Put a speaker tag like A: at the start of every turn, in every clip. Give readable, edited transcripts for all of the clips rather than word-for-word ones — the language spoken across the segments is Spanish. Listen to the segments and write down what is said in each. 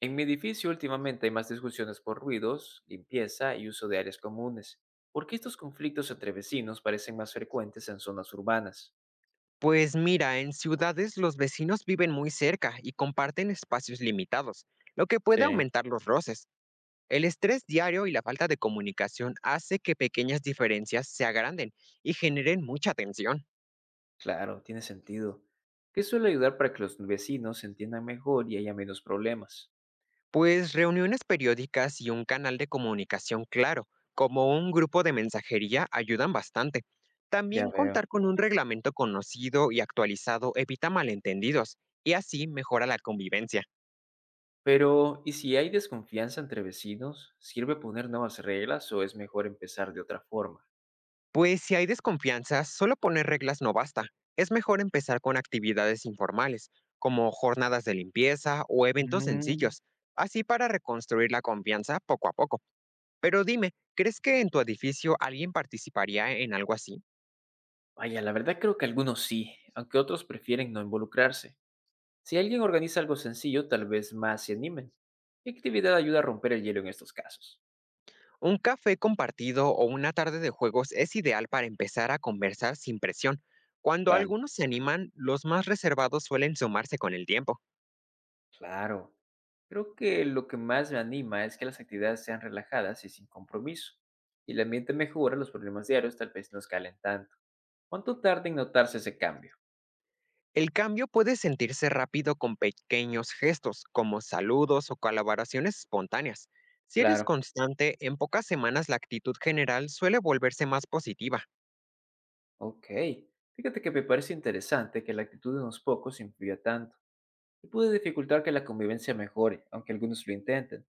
A: En mi edificio últimamente hay más discusiones por ruidos, limpieza y uso de áreas comunes. ¿Por qué estos conflictos entre vecinos parecen más frecuentes en zonas urbanas?
B: Pues mira, en ciudades los vecinos viven muy cerca y comparten espacios limitados, lo que puede
A: Sí.
B: aumentar los roces. El estrés diario y la falta de comunicación hace que pequeñas diferencias se agranden y generen mucha tensión.
A: Claro, tiene sentido. ¿Qué suele ayudar para que los vecinos se entiendan mejor y haya menos problemas?
B: Pues reuniones periódicas y un canal de comunicación claro, como un grupo de mensajería, ayudan bastante.
A: Ya
B: También
A: veo.
B: contar con un reglamento conocido y actualizado evita malentendidos y así mejora la convivencia.
A: Pero, ¿y si hay desconfianza entre vecinos? ¿Sirve poner nuevas reglas o es mejor empezar de otra forma?
B: Pues si hay desconfianza, solo poner reglas no basta. Es mejor empezar con actividades informales, como jornadas de limpieza o eventos
A: Mm.
B: sencillos, así para reconstruir la confianza poco a poco. Pero dime, ¿crees que en tu edificio alguien participaría en algo así?
A: Vaya, la verdad creo que algunos sí, aunque otros prefieren no involucrarse. Si alguien organiza algo sencillo, tal vez más se animen. ¿Qué actividad ayuda a romper el hielo en estos casos?
B: Un café compartido o una tarde de juegos es ideal para empezar a conversar sin presión. Cuando
A: Vale,
B: algunos se animan, los más reservados suelen sumarse con el tiempo.
A: claro. Creo que lo que más me anima es que las actividades sean relajadas y sin compromiso. Y el ambiente mejora, los problemas diarios tal vez no escalen tanto. ¿Cuánto tarda en notarse ese cambio?
B: El cambio puede sentirse rápido con pequeños gestos, como saludos o colaboraciones espontáneas. Si eres
A: Claro,
B: constante, en pocas semanas la actitud general suele volverse más positiva.
A: ok. Fíjate que me parece interesante que la actitud de unos pocos influya tanto y puede dificultar que la convivencia mejore, aunque algunos lo intenten.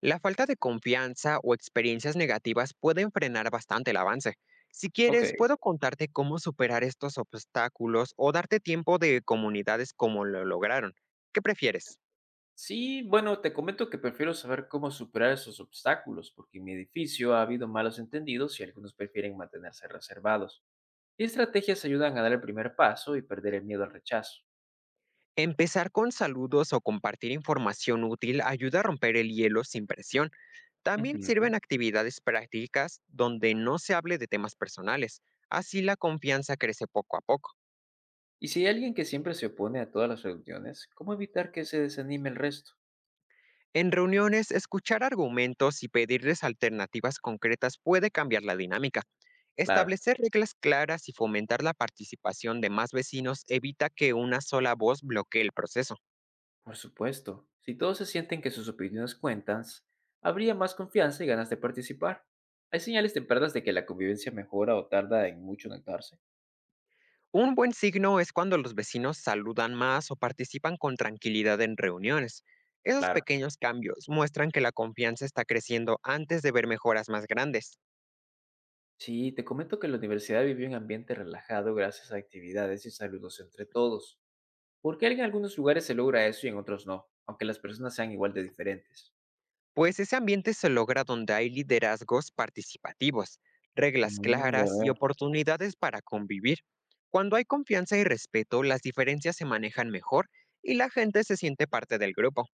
B: La falta de confianza o experiencias negativas pueden frenar bastante el avance. Si
A: Ok.
B: quieres, puedo contarte cómo superar estos obstáculos o darte tiempo de comunidades como lo lograron. ¿Qué prefieres?
A: Sí, bueno, te comento que prefiero saber cómo superar esos obstáculos, porque en mi edificio ha habido malos entendidos y algunos prefieren mantenerse reservados. ¿Qué estrategias ayudan a dar el primer paso y perder el miedo al rechazo?
B: Empezar con saludos o compartir información útil ayuda a romper el hielo sin presión. También
A: Ujú.
B: sirven actividades prácticas donde no se hable de temas personales, así la confianza crece poco a poco.
A: Y si hay alguien que siempre se opone a todas las reuniones, ¿cómo evitar que se desanime el resto?
B: En reuniones, escuchar argumentos y pedirles alternativas concretas puede cambiar la dinámica.
A: Claro,
B: Establecer reglas claras y fomentar la participación de más vecinos evita que una sola voz bloquee el proceso.
A: por supuesto. Si todos se sienten que sus opiniones cuentan, habría más confianza y ganas de participar. ¿Hay señales tempranas de que la convivencia mejora o tarda en mucho notarse?
B: Un buen signo es cuando los vecinos saludan más o participan con tranquilidad en reuniones. Esos
A: Claro.
B: pequeños cambios muestran que la confianza está creciendo antes de ver mejoras más grandes.
A: Sí, te comento que la universidad vivió un ambiente relajado gracias a actividades y saludos entre todos. Porque en algunos lugares se logra eso y en otros no, aunque las personas sean igual de diferentes.
B: Pues ese ambiente se logra donde hay liderazgos participativos, reglas
A: Mm, ya
B: claras y
A: veo.
B: oportunidades para convivir. Cuando hay confianza y respeto, las diferencias se manejan mejor y la gente se siente parte del grupo.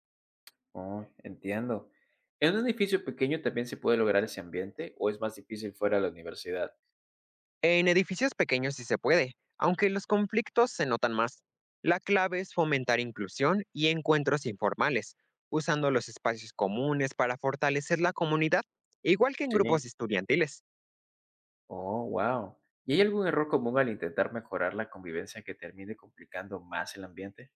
A: Oh, entiendo. ¿En un edificio pequeño también se puede lograr ese ambiente o es más difícil fuera de la universidad?
B: En edificios pequeños sí se puede, aunque los conflictos se notan más. La clave es fomentar inclusión y encuentros informales, usando los espacios comunes para fortalecer la comunidad, igual que en
A: Sí.
B: grupos estudiantiles.
A: Oh, wow. ¿Y hay algún error común al intentar mejorar la convivencia que termine complicando más el ambiente?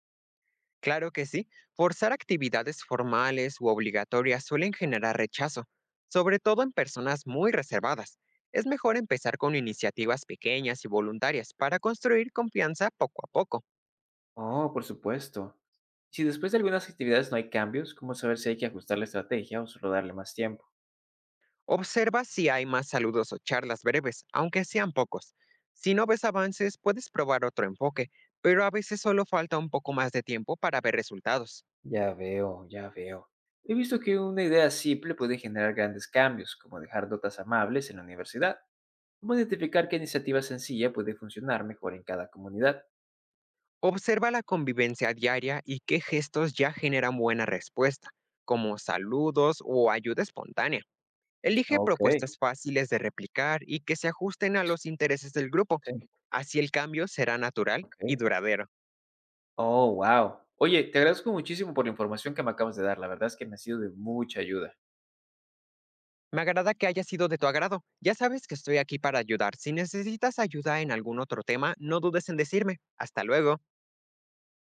B: Claro que sí, forzar actividades formales u obligatorias suelen generar rechazo, sobre todo en personas muy reservadas. Es mejor empezar con iniciativas pequeñas y voluntarias para construir confianza poco a poco.
A: Oh, por supuesto. Si después de algunas actividades no hay cambios, ¿cómo saber si hay que ajustar la estrategia o solo darle más tiempo?
B: Observa si hay más saludos o charlas breves, aunque sean pocos. Si no ves avances, puedes probar otro enfoque, pero a veces solo falta un poco más de tiempo para ver resultados.
A: Ya veo, ya veo. He visto que una idea simple puede generar grandes cambios, como dejar notas amables en la universidad. ¿Cómo identificar qué iniciativa sencilla puede funcionar mejor en cada comunidad?
B: Observa la convivencia diaria y qué gestos ya generan buena respuesta, como saludos o ayuda espontánea. Elige
A: Ok,
B: propuestas fáciles de replicar y que se ajusten a los intereses del grupo.
A: sí,
B: Así el cambio será natural
A: ok.
B: y duradero.
A: Oh, wow. Oye, te agradezco muchísimo por la información que me acabas de dar. La verdad es que me ha sido de mucha ayuda.
B: Me agrada que haya sido de tu agrado. Ya sabes que estoy aquí para ayudar. Si necesitas ayuda en algún otro tema, no dudes en decirme. Hasta luego.